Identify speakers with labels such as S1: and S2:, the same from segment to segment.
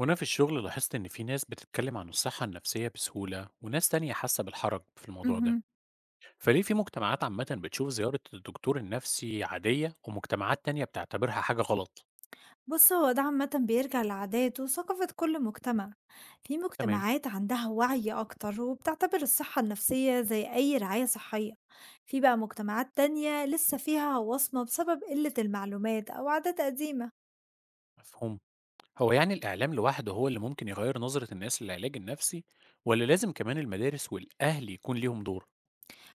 S1: وأنا في الشغل لاحظت إن في ناس بتتكلم عن الصحة النفسية بسهولة وناس تانية حاسة بالحرج في الموضوع ده.
S2: اهم.
S1: فليه في مجتمعات عامة بتشوف زيارة الدكتور النفسي عادية ومجتمعات تانية بتعتبرها حاجة غلط؟
S2: بُص، هو ده عامةً بيرجع لعادات وثقافة كل مجتمع، في
S1: تمام.
S2: مجتمعات عندها وعي أكتر وبتعتبر الصحة النفسية زي أي رعاية صحية، في بقى مجتمعات تانية لسه فيها وصمة بسبب قلة المعلومات أو عادات قديمة،
S1: مفهوم. هو يعني الإعلام لوحده هو اللي ممكن يغير نظرة الناس للعلاج النفسي، ولا لازم كمان المدارس والأهل يكون ليهم دور؟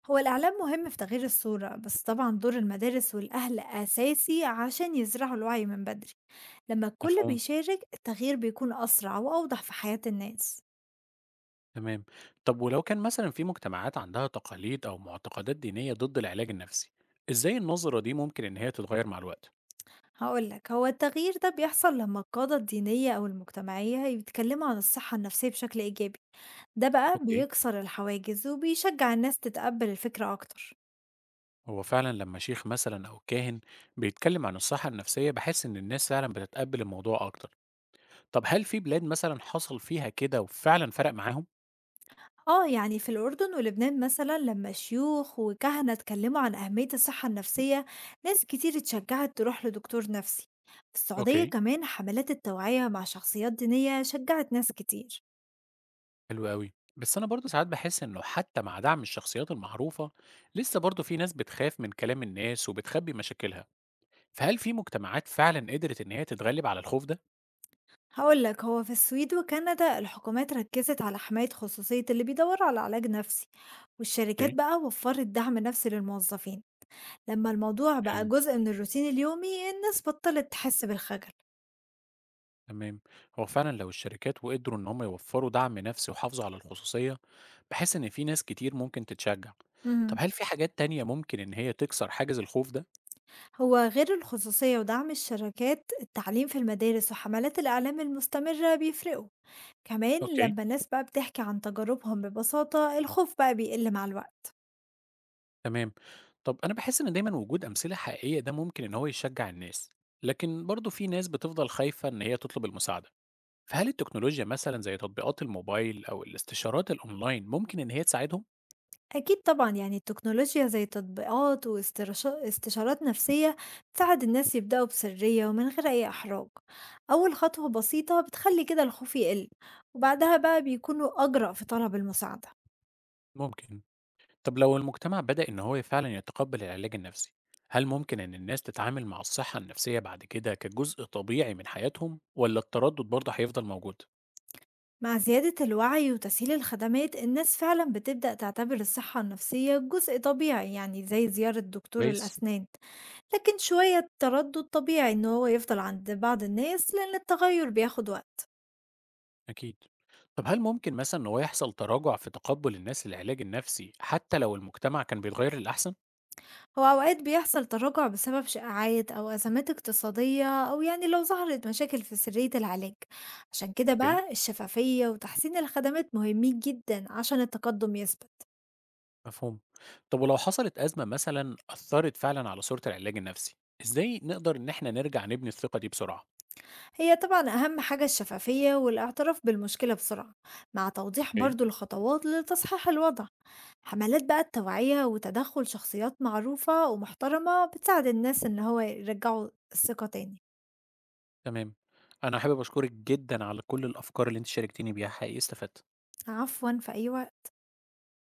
S2: هو الإعلام مهم في تغيير الصورة بس طبعًا دور المدارس والأهل أساسي عشان يزرعوا الوعي من بدري، لما الكل
S1: مفهوم.
S2: بيشارك التغيير بيكون أسرع وأوضح في حياة الناس.
S1: تمام. طب ولو كان مثلا في مجتمعات عندها تقاليد أو معتقدات دينية ضد العلاج النفسي، إزاي النظرة دي ممكن إن هي تتغير مع الوقت؟
S2: هاقول لك، هو التغيير ده بيحصل لمّا القادة الدينية أو المجتمعية يتكلموا عن الصحة النفسية بشكل إيجابي، ده بقى
S1: اوكي.
S2: بيكسر الحواجز وبيشجع الناس تتقبل الفكرة أكتر.
S1: هو فعلا لما شيخ مثلا أو كاهن بيتكلم عن الصحة النفسية بحس إن الناس فعلا بتتقبل الموضوع أكتر. طب هل في بلاد مثلا حصل فيها كده وفعلا فرق معاهم؟
S2: آه يعني في الأردن ولبنان مثلا لما شيوخ وكهنة اتكلموا عن أهمية الصحة النفسية ناس كتير اتشجعت تروح لدكتور نفسي. في السعودية
S1: اوكي.
S2: كمان حملات التوعية مع شخصيات دينية شجعت ناس كتير.
S1: حلو قوي، بس أنا برضه ساعات بحس إنه حتى مع دعم الشخصيات المعروفة لسه برضه في ناس بتخاف من كلام الناس وبتخبي مشاكلها. فهل في مجتمعات فعلا قدرت إن هي تتغلب على الخوف ده؟
S2: هاقول لك هو في السويد وكندا الحكومات ركزت على حماية خصوصية اللي بيدوروا على علاج نفسي، والشركات
S1: اوكي.
S2: بقى وفرت دعم نفسي للموظفين. لما الموضوع بقى
S1: أم.
S2: جزء من الروتين اليومي الناس بطلت تحس بالخجل.
S1: تمام. هو فعلا لو الشركات وقدروا ان هم يوفروا دعم نفسي وحافظوا على الخصوصية بحس ان في ناس كتير ممكن تتشجع. طب
S2: مهم.
S1: هل في حاجات تانية ممكن ان هي تكسر حاجز الخوف ده؟
S2: هو غير الخصوصية ودعم الشركات التعليم في المدارس وحملات الإعلام المستمرة بيفرقوا، كمان
S1: اوكي.
S2: لما الناس بقى بتحكي عن تجاربهم ببساطة الخوف بقى بيقل مع الوقت.
S1: تمام. طب انا بحس ان دايما وجود امثلة حقيقية ده ممكن ان هو يشجع الناس، لكن برضو في ناس بتفضل خايفة ان هي تطلب المساعدة. فهل التكنولوجيا مثلا زي تطبيقات الموبايل او الاستشارات الاونلاين ممكن ان هي تساعدهم؟
S2: أكيد طبعًا، يعني التكنولوجيا زي تطبيقات واسترش استشارات نفسية بتساعد الناس يبدأوا بسرية ومن غير أي إحراج، أول خطوة بسيطة بتخلي كده الخوف يقل، وبعدها بقى بيكونوا أجرأ في طلب المساعدة.
S1: ممكن. طب لو المجتمع بدأ إن هو فعلا يتقبل العلاج النفسي، هل ممكن إن الناس تتعامل مع الصحة النفسية بعد كده كجزء طبيعي من حياتهم ولا التردد برضه هيفضل موجود؟
S2: مع زيادة الوعي وتسهيل الخدمات الناس فعلًا بتبدأ تعتبر الصحة النفسية جزء طبيعي يعني زي زيارة دكتور
S1: كويس؟
S2: الأسنان، لكن شوية تردد طبيعي إن هو يفضل عند بعض الناس لأن التغير بياخد وقت.
S1: أكيد. طب هل ممكن مثلا إن هو يحصل تراجع في تقبل الناس للعلاج النفسي حتى لو المجتمع كان بيتغير للأحسن؟
S2: هو أوقات بيحصل تراجع بسبب شائعات أو أزمات اقتصادية أو يعني لو ظهرت مشاكل في سرية العلاج، عشان كده
S1: اوكي.
S2: بقى الشفافية وتحسين الخدمات مهمين جدا عشان التقدم يثبت.
S1: مفهوم. طب ولو حصلت أزمة مثلا أثرت فعلا على صورة العلاج النفسي، إزاي نقدر إن إحنا نرجع نبني الثقة دي بسرعة؟
S2: هي طبعا أهم حاجة الشفافية والاعتراف بالمشكلة بسرعة مع توضيح
S1: اوكي.
S2: برضو الخطوات لتصحيح الوضع. حملات بقى التوعية وتدخل شخصيات معروفة ومحترمة بتساعد الناس إن هو يرجعوا الثقة تاني.
S1: تمام. أنا حابب أشكرك جدا على كل الأفكار اللي أنت شاركتني بيها. حقيقي استفدت.
S2: عفوا، في أي وقت.